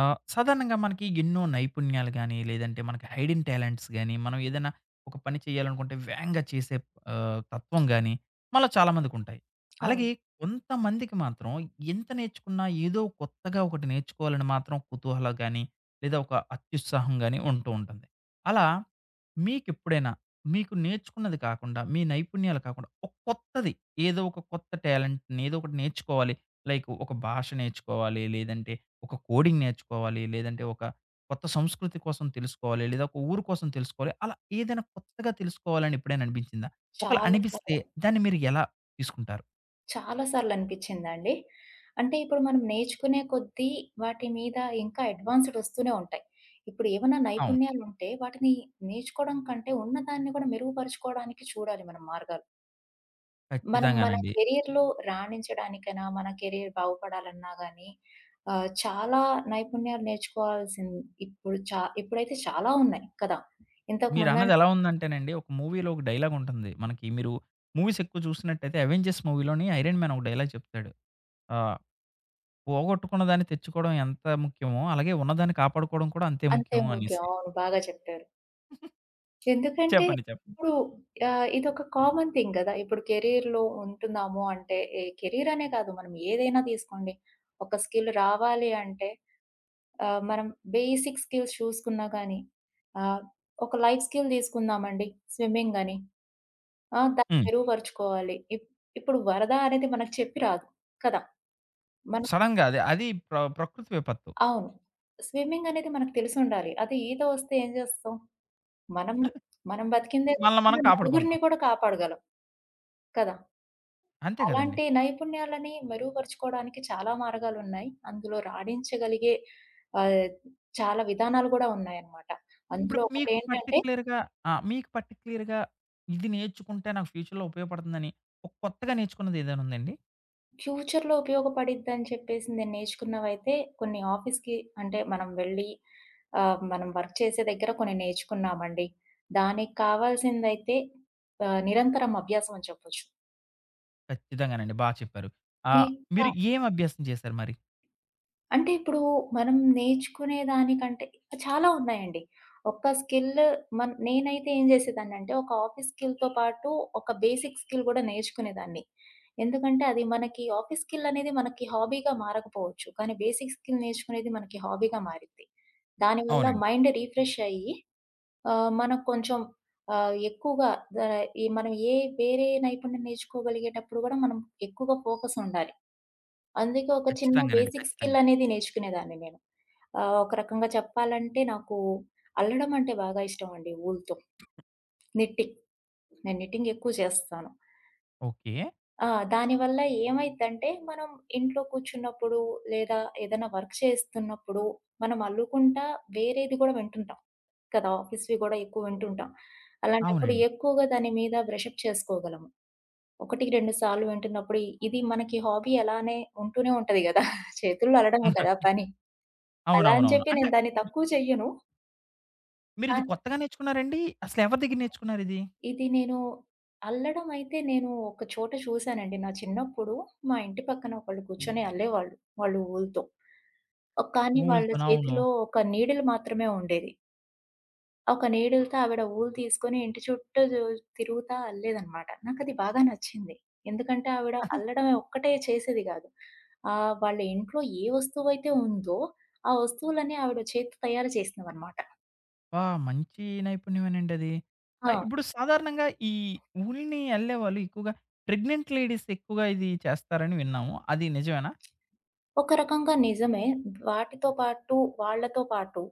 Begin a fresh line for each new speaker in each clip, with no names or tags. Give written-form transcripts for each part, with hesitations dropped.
ఆ! సాధారణంగా మనకి ఎన్నో నైపుణ్యాలు గాని, లేదంటే మనకి హైడెన్ టాలెంట్స్ గాని, మనం ఏదైనా ఒక పని చేయాలనుకుంటే వేగంగా చేసే తత్వం గాని, మనలో చాలామందికుంటాయి. అలాగే
అవును.
కొంతమందికి మాత్రం ఎంత నేర్చుకున్నా ఏదో కొత్తగా ఒకటి నేర్చుకోవాలని మాత్రం కుతూహలం గాని, లేదా ఒక అత్యుత్సాహం గాని ఉంటూ ఉంటుంది. అలా మీకెప్పుడైనా మీకు నేర్చుకున్నది కాకుండా, మీ నైపుణ్యాలు కాకుండా, ఒక కొత్తది ఏదో ఒక కొత్త టాలెంట్‌ని ఏదో ఒకటి నేర్చుకోవాలి. లైక్ ఒక భాష నేర్చుకోవాలి, లేదంటే ఒక కోడింగ్ నేర్చుకోవాలి. లేదంటే ఒక కొత్త సంస్కృతి కోసం తెలుసుకోవాలి. లేదా ఒక ఊరు కోసం తెలుసుకోవాలి. అలా ఏదైనా కొత్తగా తెలుసుకోవాలని ఎప్పుడైనా అనిపించిందా? ఒకవేళ
చాలా
అనిపిస్తే
సార్లు,
దాన్ని మీరు ఎలా తీసుకుంటారు?
చాలా సార్లనిపిచ్చిందండి. అంటే ఇప్పుడు మనం నేర్చుకునే కొద్దీ వాటి మీద ఇంకా అడ్వాన్స్‌డ్ వస్తూనే ఉంటాయి. ఇప్పుడు ఏమన్నా
అవును.
నైపుణ్యాలుంటే వాటిని నేర్చుకోవడం కంటే ఉన్నదాన్ని కూడా మెరుగుపరుచుకోవడానికి చూడాలి మనం మార్గాలు. మనం మన
ఖచ్చితంగానండి.
కెరియర్‌లో రాణించడానికైనా, మన కెరియర్ బాగుపడాలన్నా గానీ చాలా నైపుణ్యాలు నేర్చుకోవాల్సింది ఇప్పుడు ఇప్పుడైతే చాలా ఉన్నాయి కదా! ఇంతకు
మీరన్నది
ముందంటే
ఎలా ఉందంటేనండి ఒక మూవీలో ఒక డైలాగ్ ఉంటుంది. మనకి మీరు మూవీస్ ఎక్కువ చూస్తున్నట్టయితే 'అవెంజర్స్' మూవీలోని 'ఐరన్ మ్యాన్' ఒక డైలాగ్ చెప్తాడు. ఆహ్, "పోగొట్టుకున్న దాన్ని తెచ్చుకోవడం ఎంత ముఖ్యమో, అలాగే ఉన్నదాన్ని కాపాడుకోవడం కూడా అంతే
అంతే
ముఖ్యం"
ఓకే.
అనేసి.
అవును. బాగా చెప్పారు. ఎందుకంటే
చెప్పండి. చెప్పండి.
ఇప్పుడు ఇదొక కామన్ థింగ్ గదా! ఇప్పుడు కెరియర్‌లో ఉంటున్నాము అంటే, ఏ కెరియర్ అనే కాదు మనం ఏదైనా తీసుకోండి. ఒక స్కిల్ రావాలి అంటే మనం బేసిక్ స్కిల్స్ చూసుకున్నా గానీ, ఆహ్, ఒక లైఫ్ స్కిల్ తీసుకుందామండి. స్విమ్మింగ్ అని. ఆ! దాన్ని
హ్మ్.
మెరుగుపరుచుకోవాలి. ఇప్పుడు వరద అనేది మనకు చెప్పి రాదు కదా! మనం
సడెన్‌గా అది అది ప్రకృతి విపత్తు.
అవును. స్విమ్మింగ్ అనేది మనకు తెలిసుండాలి. అదే ఈత వస్తే ఏం చేస్తాం? మనం మనం బతికిందే
మనల్ని మనం
కాకుండా నలుగురిని
కాపాడుకుంటాం.
కూడా కాపాడగలం కదా!
అంతే గదండీ.
అలాంటి నైపుణ్యాలని మెరుగుపరుచుకోవడానికి చాలా మార్గాలున్నాయి. అందులో రాణించగలిగే ఆహ్, చాలా విధానాలు గూడా ఉన్నాయన్నమాట.
ఇప్పుడు
అందులో
మీకు
ఒకటేంటంటే
పర్టిక్యులర్‌గా మీకు పర్టిక్యులర్‌గా ఇది నేర్చుకుంటే నాకు ఫ్యూచర్‌లో ఉపయోగపడుతుందని ఒక కొత్తగా నేర్చుకున్నది ఏదైనా ఉందండి?
ఫ్యూచర్‌లో ఉపయోగపడిద్దని చెప్పేసి నేను నేర్చుకున్నవైతే కొన్ని ఆఫీస్‌కి అంటే మనం వెళ్ళి మనం వర్క్ చేసే దగ్గర కొన్ని నేర్చుకున్నామండి. దానికి కావాల్సిందైతే నిరంతరం అభ్యాసం అని చెప్పొచ్చు.
ఖచ్చితంగానండి. బా చెప్పారు.
ఈ
ఆహ్,
క
మీరు ఏం అభ్యాసం చేశారు మరి?
అంటే ఇప్పుడు మనం నేర్చుకునే దానికంటే చాలా ఉన్నాయండి. ఒక్క స్కిల్ నేనైతే ఏం చేసేదాన్నంటే ఒక ఆఫీస్ స్కిల్‌తో పాటు ఒక బేసిక్ స్కిల్ కూడా నేర్చుకునేదాన్ని. ఎందుకంటే అది మనకి ఆఫీస్ స్కిల్ అనేది మనకి హాబీగా మారకపోవచ్చు. కానీ బేసిక్ స్కిల్ నేర్చుకునేది మనకి హాబీగా మారిద్ది. దానివల్ల
అవునండి.
మైండ్ రిఫ్రెష్ అయ్యి మనకు కొంచెం ఎక్కువగా ద ఈ మనం ఏ వేరే నైపుణ్యం నేర్చుకోగలిగేటప్పుడు కూడా మనం ఎక్కువగా ఫోకస్ ఉండాలి. అందుకే ఒక చిన్న
ఖచ్చితంగానండి.
బేసిక్ స్కిల్
ఖచ్చితంగా.
అనేది నేర్చుకునేదాన్ని నేను. ఒక రకంగా చెప్పాలంటే నాకు అల్లడం అంటే బాగా ఇష్టమండి వూలుతో. నిట్టింగ్. నేను నిట్టింగ్ ఎక్కువ చేస్తాను.
ఓకే.
ఆ! దానివల్ల ఏమైద్దంటే మనం ఇంట్లో కూర్చున్నప్పుడు లేదా ఏదైనా వర్క్ చేస్తున్నప్పుడు మనం అల్లుకుంటా వేరేది గూడా వింటుంటాం కదా! ఆఫీస్‌వి గూడా ఎక్కువ వింటుంటాం. అలాంటప్పుడు
అవునండి.
ఎక్కువగా దాని మీద బ్రష్ అప్ చేసుకోగలము. ఒకటికి 2 సార్లు వింటున్నప్పుడు ఇది మనకి హాబీ అలానే ఉంటూనే ఉంటది గదా! చేతుల్లో అల్లడమే కదా పని. అలా అని
అవునవునవును.
చెప్పి
అంటే
నేను దాన్ని తక్కువ చెయ్యను. కా
మీరిది కొత్తగా నేర్చుకున్నారండి? అసలెవరి దగ్గర నేర్చుకున్నారిది?
ఇది నేను అల్లడం అయితే నేను ఒక చోట చూసానండి. నా చిన్నప్పుడు మా ఇంటి పక్కన ఒకళ్ళు కూర్చొని అల్లేవాళ్ళు. వాళ్ళు ఊలుతో. కానీ వాళ్ళ
ఓల్‌తోనా? అవును.
చేతిలో ఒక నీడిల్ మాత్రమే ఉండేది. ఒక నీడిల్‌తో ఆవిడ వూలు తీసుకొని ఇంటి చుట్టూ తిరుగుతా అల్లేదనమాట. నాకది బాగా నచ్చింది. ఎందుకంటే ఆవిడ అల్లడం ఒక్కటే చేసేది గాదు. వాళ్ళ ఇంట్లో ఏ వస్తువైతే ఉందో, ఆ వస్తువులన్నీ ఆవిడ చేత్తో తయారు చేసినవనమాట.
ఆ! మంచి నైపుణ్యమేనండి అది.
ఆ!
ఇప్పుడు సాధారణంగా ఉల్ని అల్లేవాళ్ళు ఎక్కువగా ప్రెగ్నెంట్ లేడీస్ ఎక్కువగా ఇది చేస్తారని విన్నాము. అది నిజమేనా?
ఒక రకంగా నిజమే. వాటితో పాటు, వాళ్ళతో పాటు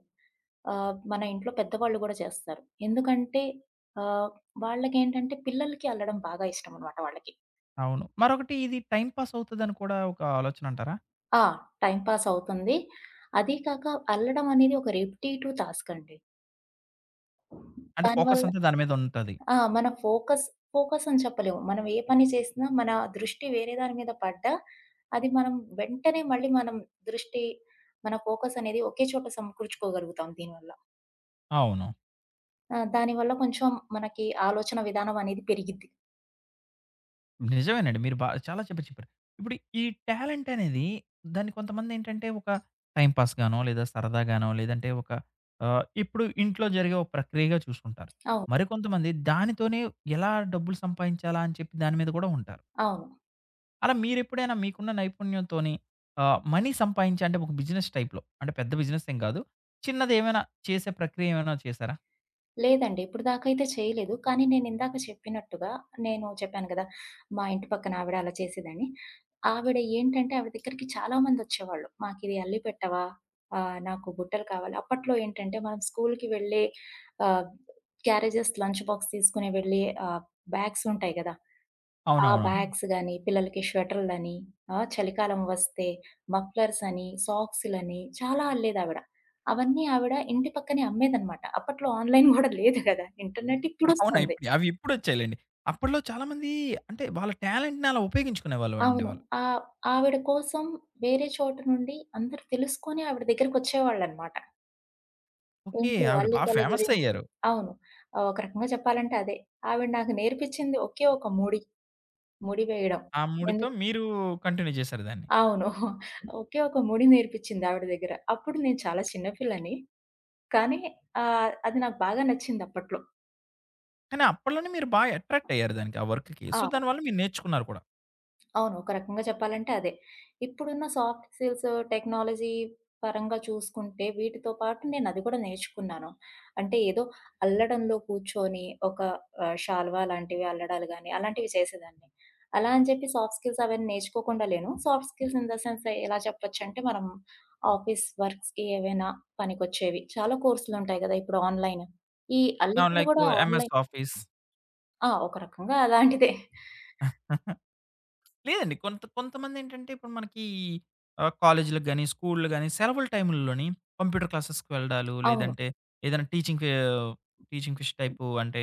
మన ఇంట్లో పెద్దవాళ్ళు గూడా చేస్తారు. ఎందుకంటే ఆహ్, వాళ్ళకేంటంటే పిల్లలకి అల్లడం బాగా ఇష్టమనమాట వాళ్ళకి.
అవును. మరొకటి ఇది టైమ్ పాస్ అవుతదని కూడా ఒక ఆలోచన అంటారా?
ఆ! టైమ్ పాస్ అవుతుంది. అదీ కాక అల్లడం అనేది ఒక రిపిటీటివ్ టాస్క్ అండి.
అంటే ఫోకస్
దానివల్ల
అంతా దాని మీద ఉంటది.
ఆ! మన ఫోకస్, ఫోకస్ అని చెప్పలేము. మనం ఏ పని చేసినా మన దృష్టి వేరే దాని మీద పడ్డా, అది వెంటనే మళ్ళీ మనం దృష్టి, మన ఫోకస్ అనేది ఒకే చోట సమకూర్చుకోగలుగుతాం దీనివల్ల.
అవును.
ఆ! దానివల్ల కొంచెం మనకి ఆలోచన విధానం అనేది పెరిగిద్ది.
నిజమేనండి. మీరు బా చాలా చెప్పారు. ఇప్పుడు ఈ టాలెంట్ అనేది దాన్ని కొంతమందేంటంటే ఒక టైమ్ పాస్‌గానో, లేదా సరదాగానో, లేదంటే ఒక ఇప్పుడు ఇంట్లో జరిగే ఒక ప్రక్రియగా చూసుకుంటారు.
అవును.
మరికొంతమంది దానితోనే ఎలా డబ్బులు సంపాదించాలా అని చెప్పి దాని మీద కూడా ఉంటారు.
అవును.
అలా మీరెప్పుడైనా మీకున్న నైపుణ్యంతోని మనీ సంపాదించి అంటే ఒక బిజినెస్ టైప్‌లో అంటే పెద్ద బిజినెస్ ఏం కాదు. చిన్నదేమైనా చేసే ప్రక్రియ ఏమైనా చేసారా?
లేదండి. ఇప్పుడు దాకా అయితే చేయలేదు. కానీ నేనిందాక చెప్పినట్టుగా నేను చెప్పాను గదా! మా ఇంటి పక్కన ఆవిడ అలా చేసేదని. ఆవిడ ఏంటంటే ఆవిడ దగ్గరికి చాలా మందొచ్చేవాళ్ళు. "మాకిది అల్లి పెట్టవా? నాకు బుట్టలు కావాలి." అప్పట్లో ఏంటంటే మనం స్కూలుకి వెళ్ళే ఆహ్, క్యారేజెస్ లంచ్ బాక్స్ తీసుకొని వెళ్ళే బ్యాగ్స్ ఉంటాయి గదా! ఆ!
అవునవునండి.
బ్యాగ్స్ గాని, పిల్లలకి స్వెటర్‌లని, ఆ! చలికాలం వస్తే మఫ్లర్స్ అని, సాక్స్‌లని చాలా అల్లేదావిడ. అవన్నీ ఆవిడ ఇంటి పక్కనే అమ్మేదనమాట. అప్పట్లో ఆన్‌లైన్ గూడా లేదు గదా! ఇంటర్నెట్
అవునా!
ఇప్పుడొస్తుంది.
ఇప్పుడు అవి ఇప్పుడొచ్చాయిలెండి. అప్పట్లో చాలామంది అంటే వాళ్ళ టాలెంట్‌ని అలా ఉపయోగించుకునేవాళ్ళు అండి
అవును.
వాళ్ళు.
ఆహ్, ఆవిడ కోసం వేరే చోట నుండి అందరూ తెలుసుకొని ఆవిడ దగ్గరికొచ్చేవాళ్ళనమాట.
ఓకే.
ఇంట్లో
ఆవిడ బా
అల్లికల
ఫేమస్
గురించి
అయ్యారు.
అవును. ఒక రకంగా చెప్పాలంటే అదే. ఆవిడ నాకు నేర్పించింది ఒకే ఒక ముడి. ముడి వేయడం.
ఆ మూడితో
ఎందుకంటే
మీరు కంటిన్యూ చేశారు దాన్ని.
అవును. ఒకే ఒక ముడి నేర్పించింది ఆవిడ దగ్గర. అప్పుడు నేను చాలా చిన్న పిల్లని. కానీ అది నాకు బాగా నచ్చిందప్పట్లో.
కానీ అప్పట్లోనే మీరు బా అట్రాక్ట్ అయ్యారు దానికి ఆ వర్క్‌కి.
ఆ!
సో, దానివల్ల మీరు నేర్చుకున్నారు కూడా.
అవును. ఒక రకంగా చెప్పాలంటే అదే. ఇప్పుడున్న సాఫ్ట్ స్కిల్స్ టెక్నాలజీ పరంగా చూసుకుంటే వీటితో పాటు నేనది కూడా నేర్చుకున్నాను. అంటే ఏదో అల్లడంలో కూర్చొని ఒక శాలువా లాంటివి అల్లడాలు గాని అలాంటివి చేసేదాన్ని. అలా అని చెప్పి సాఫ్ట్ స్కిల్స్ అవన్నీ నేర్చుకోకుండా లేను. Soft skills in the sense ఎలా చెప్పొచ్చంటే మనం ఆఫీస్ వర్క్స్‌కి ఏవైనా పనికొచ్చేవి. చాలా కోర్సులుంటాయి గదా! ఇప్పుడు ఆన్‌లైన్. ఈ అల్లికలు
లైక్
గూడా
ఎంఎస్
ఆన్‌లైన్
ఆఫీస్.
ఆ! ఒక రకంగా అలాంటిదే.
లేదండి. కొంతమందేంటంటే ఇప్పుడు మనకి కాలేజీ‌లకు గాని, స్కూల్‌లు గాని సెలవుల టైముల్లోని కంప్యూటర్ క్లాసెస్‌కి వెళ్ళడాలు,
అవును.
లేదంటే ఏదైనా టీచింగ్ టీచింగ్ ఫిష్ టైపు అంటే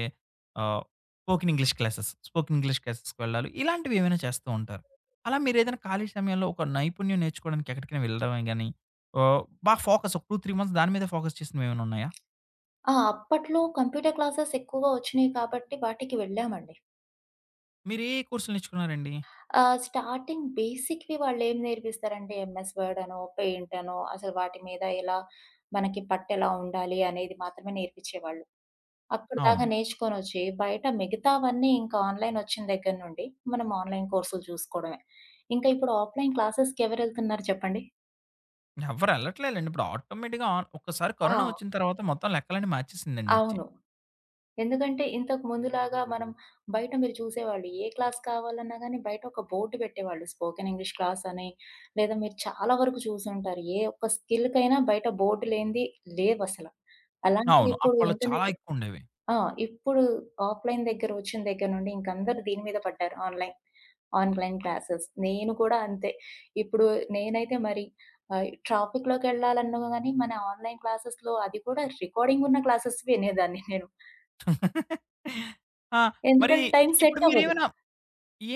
ఆహ్, స్పోకెన్ ఇంగ్లీష్ క్లాసెస్‌కి వెళ్ళడాలు ఇలాంటివి ఏమైనా చేస్తూ ఉంటారు. అలా మీరేదైనా ఖాళీ సమయంలో ఒక నైపుణ్యం నేర్చుకోవడానికి ఎక్కడికైనా వెళ్ళడమే గాని, ఆహ్, బాగా ఫోకస్ ఒక 2, 3 మంత్స్ దాని మీదే ఫోకస్ చేసినవేమైనా ఉన్నాయా?
ఆ! అప్పట్లో కంప్యూటర్ క్లాసెస్ ఎక్కువగా వచ్చినియి కాబట్టి వాటికి వెళ్ళామండి.
మీరు ఏ కోర్సులు నేర్చుకున్నారండి?
స్టార్టింగ్ బేసిక్‌వి వాళ్ళేం నేర్పిస్తారంటే ఎంఎస్ వర్డ్ అనో, పెయింట్ అనో అసలు వాటి మీద ఎలా మనకి పట్టెలా ఉండాలి అనేది మాత్రమే నేర్పిచ్చేవాళ్ళు. అప్పటిదాకా
అవును.
నేర్చుకొనొచ్చి బయట మిగతావన్నీ ఇంకా ఆన్‌లైన్ వచ్చిన దగ్గర నుండి మనం ఆన్‌లైన్ కోర్సులు చూసుకోవడమే. ఇంకా ఇప్పుడు ఆఫ్‌లైన్ క్లాసెస్‌కెవరెళ్తున్నారు చెప్పండి?
ఎవ్వరు ఎళ్ళట్లేదులెండి. ఇప్పుడు ఆటోమేటిక్‌గా ఒక్కసారి
ఆ!
కరోనా వచ్చిన తర్వాత మొత్తం లెక్కలన్నీ మార్చేసిందండి వచ్చి.
అవును. ఎందుకంటే ఇంతకు ముందులాగా మనం బయట మీరు చూసేవాళ్ళు ఏ క్లాస్ కావాలన్నా గానీ బయట ఒక బోర్డ్ పెట్టేవాళ్ళు. స్పోకెన్ ఇంగ్లీష్ క్లాస్ అని లేదా మీరు చాలా వరకు చూసుంటారు. ఏ ఒక్క స్కిల్‌కైనా బయట బోర్డ్ లేనిది లేవసల. అలాంటిది
అవును.
ఇప్పుడు
అప్పట్లో చాలా
ఇంటర్నెట్
ఎక్కువుండేవి.
ఆ! ఇప్పుడు ఆఫ్‌లైన్ దగ్గర వచ్చిన దగ్గర నుండి ఇంక అందరూ దీని మీద పడ్డారు ఆన్‌లైన్. Online classes. నేను కూడా అంతే. ఇప్పుడు నేనైతే మరి ట్రాఫిక్‌లోకెళ్ళాలన్నా గానీ మన ఆన్‌లైన్ క్లాసెస్‌లో అది కూడా రికార్డింగ్ ఉన్న క్లాసెస్ వినేదాన్ని నేను.
ఆ! మరి
ఎందుకంటే టైం
ఇప్పుడు
సెట్ అవ్వదు.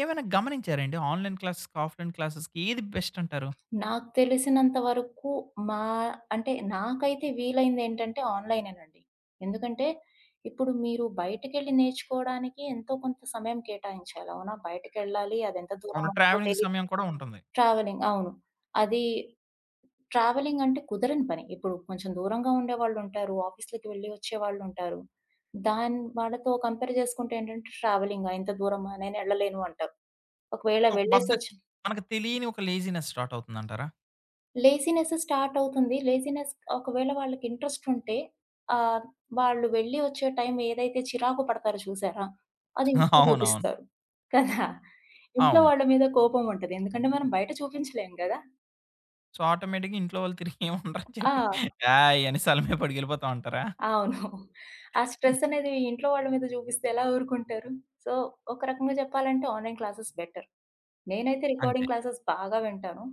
ఏమైనా గమనించారండి? ఆన్‌లైన్ క్లాసెస్‌కి, ఆఫ్‌లైన్ క్లాసెస్‌కి ఏది బెస్ట్ అంటారు?
నాకు తెలిసినంత వరకు మా అంటే నాకైతే వీలైందేంటంటే ఆన్‌లైనేనండి. ఎందుకంటే ఇప్పుడు మీరు బయటికెళ్ళి నేర్చుకోవడానికి ఎంతో కొంత సమయం కేటాయించాలి. అవునా? బయటికెళ్ళాలి. అదెంత దూరం
అవును.
ఉంటుందో
ట్రావెలింగ్
తెలీదు.
సమయం కూడా ఉంటుంది.
ట్రావెలింగ్ అవును. అది ట్రావెలింగ్ అంటే కుదరని పని. ఇప్పుడు కొంచెం దూరంగా ఉండేవాళ్ళుంటారు. ఆఫీస్‌లకి వెళ్ళి వచ్చేవాళ్ళుంటారు. వాళ్ళతో కంపేర్ చేసుకుంటే ఏంటంటే ట్రావెలింగా ఇంత దూరమా నేనెళ్ళలేను అంటారు. ఒకవేళ
ఒక బద్ధ
వెళ్ళేసొచ్చిన
మనకు తెలియని ఒక లేజీనెస్ స్టార్ట్ అవుతుందంటారా?
లేజినెస్ స్టార్ట్ అవుతుంది. లేజినెస్ ఒకవేళ వాళ్ళకి ఇంట్రెస్ట్ ఉంటే ఆహ్, వాళ్ళు వెళ్లి వచ్చే టైం ఏదైతే చిరాకు పడతారో చూసారా? అది ఇంట్లో
అవునవును.
చూపిస్తారు. కదా! ఇంట్లో
అవును.
వాళ్ళ మీద కోపం ఉంటది. ఎందుకంటే మనం బయట చూపించలేం గదా!
సో, ఆటోమేటిక్‌గా ఇంట్లో వాళ్ళు తిరిగి ఏమి ఉండరని
ఆ!
చెప్పి హాయ్! అనేసి అలమేపడికెళ్ళిపోతాం అంటారా?
అవును. ఆ స్ట్రెస్ అనేది ఇంట్లో వాళ్ళ మీద చూపిస్తే ఎలా ఊరుకుంటారు? సో, ఒక రకంగా చెప్పాలంటే ఆన్‌లైన్ క్లాసెస్ బెటర్. నేనైతే
అంతే.
రికార్డింగ్ క్లాసెస్ బాగా వింటాను.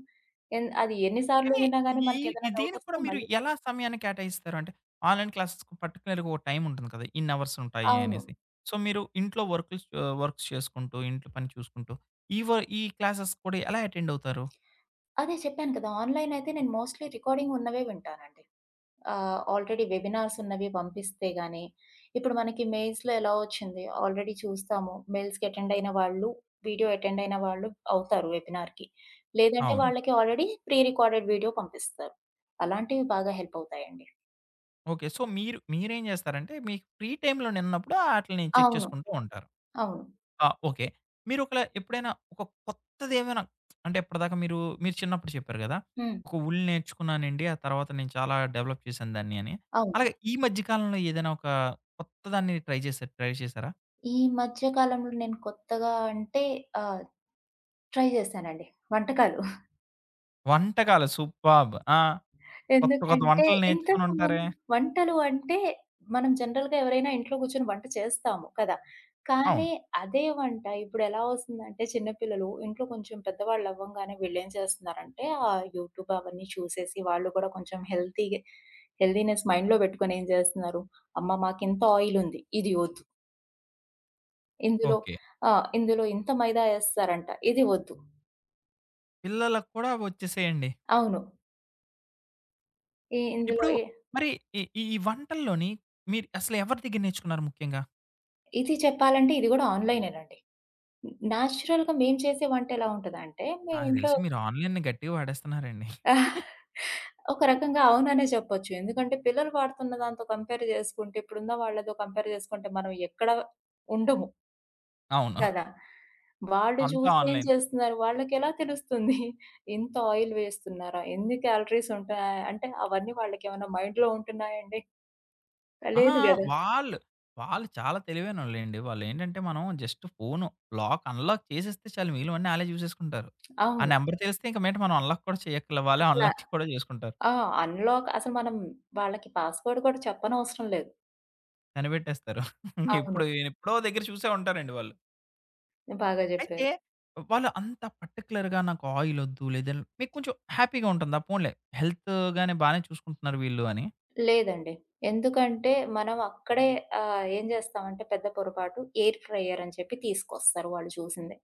ఎన్ని సార్లు
కానీ
విన్నా గాని
ఈ ఈ
మనకేదైనా
దీనికి కూడా
డౌటొస్తే
మీరు
మళ్ళీ
ఎలా సమయాన్ని కేటాయిస్తారు? అంటే ఆన్‌లైన్ క్లాసెస్‌కి పర్టిక్యులర్‌గా ఒక టైమ్ ఉంటుంది కదా! ఇన్ని అవర్స్ ఉంటాయి
అవును.
అనేసి. సో, మీరు ఇంట్లో వర్క్స్ చేసుకుంటూ, ఇంట్లో పని చూసుకుంటూ ఈ వ ఈ క్లాసెస్ కూడా ఎలా అటెండ్ అవుతారు?
అదే చెప్పాను కదా! ఆన్‌లైన్ అయితే నేను మోస్ట్‌లీ రికార్డింగ్ ఉన్నవే వింటానండి. ఆల్రెడీ వెబినార్స్ ఉన్నవి పంపిస్తే గాని, ఇప్పుడు మనకి మెయిల్స్‌లో ఎలా వచ్చింది, ఆల్రెడీ చూస్తాము. మెయిల్స్‌కి అటెండ్ అయిన వాళ్ళు, వీడియో అటెండ్ అయిన వాళ్ళు అవుతారు వెబినార్‌కి. లేదంటే
అవును.
వాళ్ళకి ఆల్రెడీ ప్రీ రికార్డెడ్ వీడియో పంపిస్తారు. అలాంటివి బాగా హెల్ప్ అవుతాయండి.
ఓకే. సో, మీరేం చేస్తారంటే మీకు ఫ్రీ టైమ్‌లో ఉన్నప్పుడు ఆటిల్ని చెక్
అవును.
చేసుకుంటూ ఉంటారు.
అవును.
ఆ! ఓకే. మీరు ఒకళ ఎప్పుడైనా ఒక కొత్తదేమైనా అంటే ఇప్పటిదాకా మీరు చిన్నప్పుడు చెప్పారు గదా!
హ్మ్.
ఒక ఉల్ నేర్చుకున్నానండి. ఆ తర్వాత నేను చాలా డెవలప్ చేశాను దాన్ని అని.
అవును.
అలాగే ఈ మధ్య కాలంలో ఏదైనా ఒక కొత్తదాన్ని ట్రై చేశారా?
ఈ మధ్య కాలంలో నేను కొత్తగా అంటే ఆహ్, ట్రై చేశానండి వంటకాలు.
వంటకాలు సూపర్బ్. ఆ! కొత్త కొత్త
ఎందుకంటే
వంటలు నేర్చుకొని
ఇంతకు
ఉంటారే.
ముందు వంటలు అంటే మనం జనరల్‌గా ఎవరైనా ఇంట్లో కూర్చొని వంట చేస్తాము కదా!
అవును.
కానీ అదే వంట ఇప్పుడెలా వస్తుందంటే చిన్న పిల్లలు ఇంట్లో కొంచెం పెద్దవాళ్ళు అవ్వంగానే వీళ్ళేం చేస్తున్నారంటే ఆ యూట్యూబ్ అవన్నీ చూసేసి వాళ్ళు కూడా కొంచెం హెల్తీ‌గా హెల్తీనెస్ మైండ్‌లో పెట్టుకొని ఏం చేస్తున్నారు, అమ్మ మాకింత ఆయిల్ ఉంది ఇది వద్దు. ఇందులో
ఓకే.
ఆ! ఇందులో ఇంత మైదా ఏస్తారంట ఇది వద్దు.
పిల్లలకు కూడా వచ్చేసేయండి.
అవును. ఈ ఇందులో
ఇప్పుడు
ఏ
మరి ఈ ఈ వంటల్లోని మీరు అసలు ఎవరి దగ్గర నేర్చుకున్నారు ముఖ్యంగా?
ఇది చెప్పాలంటే ఇది గూడా ఆన్‌లైనేనండి. నేచురల్‌గా మేము చేసే వంటెలా ఉంటదంటే,
నాకు
మేమింట్లో
తెలిసి మీరు ఆన్‌లైన్‌ని గట్టిగా వాడేస్తున్నారండి.
ఒక రకంగా అవుననే చెప్పొచ్చు. ఎందుకంటే, పిల్లలు వాడుతున్న దాంతో కంపేర్ జేసుకుంటే, ఇప్పుడున్న వాళ్ళతో కంపేర్ జేసుకుంటే మనం ఎక్కడ ఉండము
అవును.
కదా! వాళ్ళు
అంతా
చూసి ఏం
ఆన్‌లైన్.
చేస్తున్నారు, వాళ్ళకెలా తెలుస్తుంది? ఇంత ఆయిల్ వేస్తున్నారా? ఎన్ని క్యాలరీస్ ఉంటున్నాయా? అంటే, అవన్నీ వాళ్ళకేమన్నా మైండ్‌లో ఉంటున్నాయండి?
అహా!
లేదు గదా!
వాళ్ళు, వాళ్ళు చాలా తెలివైనోళ్ళండి. వాళ్ళేంటంటే మనం జస్ట్ ఫోను లాక్ అన్‌లాక్ చేసేస్తే చాలు మిగిలినవన్నీ ఆళ్ళే చూసేసుకుంటారు. ఆ
అవును.
నంబర్ తెలిస్తే ఇంక మీదట మనం అన్‌లాక్ కూడా చేయక్కర్ల. వాళ్ళే
అసల
అన్‌లాక్ కూడా చేసుకుంటారు.
ఆ! అన్‌లాక్ అసలు మనం వాళ్ళకి పాస్‌వర్డ్ కూడా చెప్పనవసరం లేదు.
కనిపెట్టేస్తారు.
అవును.
ఎప్పుడు ఎప్పుడో దగ్గర చూసే ఉంటారండి వాళ్ళు.
బాగా జెప్పారు.
అయితే వాళ్ళు అంత పర్టిక్యులర్‌గా నాకు ఆయిలొద్దు లేదా మీకు కొంచెం హ్యాపీగా ఉంటుందా? పోన్లే హెల్త్ గాని బానే చూసుకుంటున్నారు వీళ్ళు అని.
లేదండి. ఎందుకంటే మనం అక్కడే ఏం జేస్తామంటే పెద్ద పొరపాటు ఎయిర్ ఫ్రైయర్ అని చెప్పి తీసుకొస్తారు వాళ్ళు చూసిందే.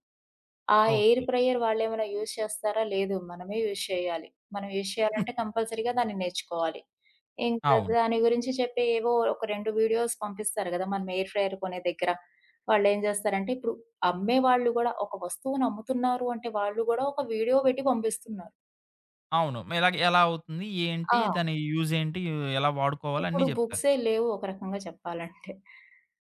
ఆ ఎయిర్
ఓకే.
ఫ్రైయర్ వాళ్ళేమైనా యూజ్ చేస్తారా? లేదు. మనమే యూజ్ చేయాలి. మనం యూజ్ చేయాలంటే కంపల్సరీగా దాన్ని నేర్చుకోవాలి. ఇంకా
అవును.
దాని గురించి చెప్పి ఏవో ఒక 2 వీడియోస్ పంపిస్తారు గదా! మనం ఎయిర్ ఫ్రైయర్ కొనే దగ్గర. వాళ్ళేం జేస్తారంటే ఇప్పుడు అమ్మేవాళ్ళు గూడా ఒక వస్తువుని అమ్ముతున్నారు అంటే వాళ్ళు గూడా ఒక వీడియో పెట్టి పంపిస్తున్నారు.
అవును. ఇలాగ ఎలా అవుతుంది? ఏంటి?
ఆ!
దాని యూజ్ ఏంటి? ఎలా వాడుకోవాలి? అన్నీ
ఇప్పుడు
చెప్తారు.
బుక్సే లేవు ఒక రకంగా చెప్పాలంటే.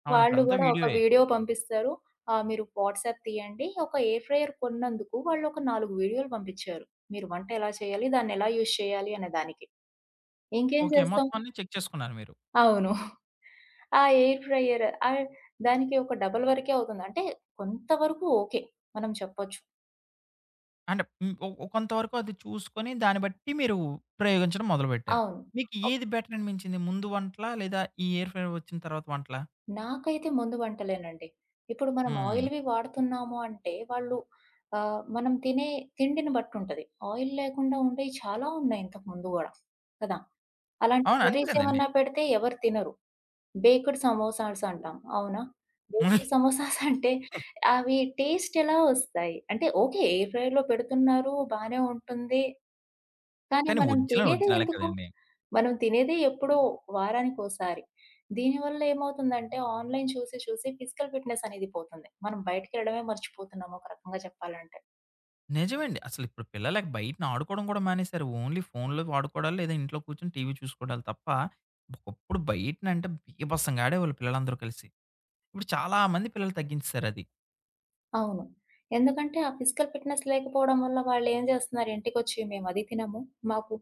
అవును.
వాళ్ళు
ఇప్పుడంతా
గూడా ఒక
వీడియోయే.
వీడియో పంపిస్తారు. మీరు వాట్సాప్ తీయండి. ఒక ఎయిర్ ఫ్రైయర్ కొన్నందుకు వాళ్ళు ఒక 4 వీడియోలు పంపించారు. మీరు వంట ఎలా చేయాలి? దాన్నెలా యూజ్ చేయాలి? అనే దానికి. ఇంకేం
ఓకే.
చేస్తాం?
మొత్తం అన్నీ చెక్ చేసుకున్నారు మీరు.
అవును. ఆ ఎయిర్ ఫ్రైయర్ దానికి ఒక డబల్ వరకే అవుతుంది. అంటే కొంతవరకు ఓకే. మనం చెప్పొచ్చు.
అంటే హ్మ్. ఒ ఒ కొంతవరకు అది చూసుకొని దాన్ని బట్టి మీరు ప్రయోగించడం మొదలుపెట్టారు.
అవును.
మీకు ఏది బెటర్ అనిపించింది? ముందు వంటలా? లేదా ఈ ఎయిర్ ఫ్రైయర్ వచ్చిన తర్వాత వంటలా?
నాకైతే ముందు వంటలేనండి. ఇప్పుడు మనం
హ్మ్.
ఆయిల్‌వి వాడుతున్నాము అంటే వాళ్ళు మనం తినే తిండిని బట్టుంటది. ఆయిల్ లేకుండా ఉండేవి చాలా ఉన్నాయి ఇంతకు ముందు గూడా కదా! అలాంటి
అవును. అంతే
కర్రీస్
కదండీ.
ఏమన్నా పెడితే ఎవరు తినరు. బేక్డ్ సమోసాస్ అంటాం. అవునా? బేక్డ్ సమోసాస్ అంటే అవి టేస్ట్ ఎలా వస్తాయి? అంటే ఓకే. ఎయిర్ ఫ్రై‌లో పెడుతున్నారు. బానే ఉంటుంది. కానీ
కానీ
మనం తినేదే
ఒరిజినలే
ఎందుకు?
కదండీ.
మనం తినేదే ఎప్పుడో వారానికోసారి. దీనివల్ల ఏమవుతుందంటే ఆన్‌లైన్ చూసి, చూసి ఫిజికల్ ఫిట్‌నెస్ అనేది పోతుంది. మనం బయటికెళ్ళడమే మర్చిపోతున్నాం ఒక రకంగా చెప్పాలంటే.
నిజమండి. అసలిప్పుడు పిల్లలకి బయటన ఆడుకోవడం కూడా మానేసారు. ఓన్లీ ఫోన్‌లో వాడుకోవడాలు లేదా ఇంట్లో కూర్చొని టీవీ చూసుకోవడాలు తప్ప, ఒకప్పుడు బయటనంటే బీభత్సంగా ఆడేవాళ్ళు పిల్లలందరూ కలిసి. ఇప్పుడు చాలా మంది పిల్లలు తగ్గించేసారది.
అవును. ఎందుకంటే ఆ ఫిజికల్ ఫిట్‌నెస్ లేకపోవడం వల్ల వాళ్ళేం జేస్తున్నారు ఇంటికొచ్చి మేము అది తినము, మాకు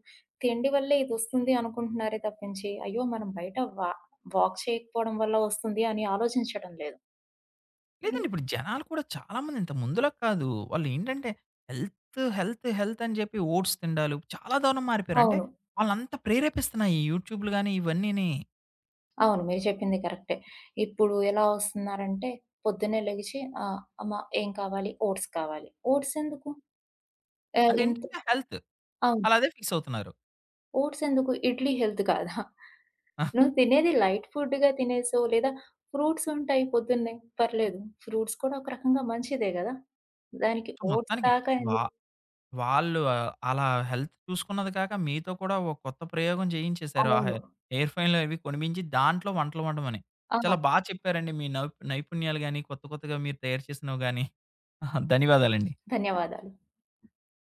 తిండి వల్లే ఇదొస్తుంది అనుకుంటున్నారే తప్పించి, అయ్యో! మనం బయట వాక్ చేయకపోవడం వల్ల వస్తుంది అని ఆలోచించడం లేదు. ఇది
లేదండి. ఇప్పుడు జనాలు కూడా చాలామంది ఇంత ముందులా కాదు. వాళ్ళేంటంటే హెల్త్, హెల్త్, హెల్త్ అని చెప్పి ఓట్స్ తిండాలు చాలా దారుణం మారిపోయారు. అంటే
అవును.
వాళ్ళనంత ప్రేరేపిస్తున్నాయి ఈ యూట్యూబ్‌లు గాని ఇవన్నీని.
అవును. మీరు చెప్పింది కరెక్టే. ఇప్పుడు ఎలా వస్తున్నారంటే పొద్దున్నే లెగిచి అమ్మ ఏం కావాలి? ఓట్స్ కావాలి. ఓట్స్ ఎందుకు? ఆహ్,
అంటే
ఇంత
ఏంటంటే హెల్త్.
అవును.
ఆళ్ళదే ఫిక్స్ అవుతున్నారు.
ఓట్స్ ఎందుకు? ఇడ్లీ హెల్త్ కాదా?
ఆ!
నువ్వు తినేది లైట్ ఫుడ్‌గా తినేసో లేదా ఫ్రూట్స్ ఉంటాయి పొద్దున్నే పర్లేదు. ఫ్రూట్స్ కూడా ఒక రకంగా మంచిదే గదా! దానికి
సో,
ఓట్స్
మొత్తానికి
దాకా
వా
ఎందుకు?
వాళ్ళు అలా హెల్త్ చూసుకున్నది కాక మీతో కూడా ఒక కొత్త ప్రయోగం చేయించేశారు. ఆ హె
అవును.
ఎయిర్ ఫ్రైయర్‌లు అవి కొనిపించి దాంట్లో వంటలు వండమని.
ఆ!
చాలా బా చెప్పారండి మీ నైపుణ్యాలు గాని, కొత్త కొత్తగా మీరు తయారు చేసినవి గాని. ధన్యవాదాలండి.
ధన్యవాదాలు.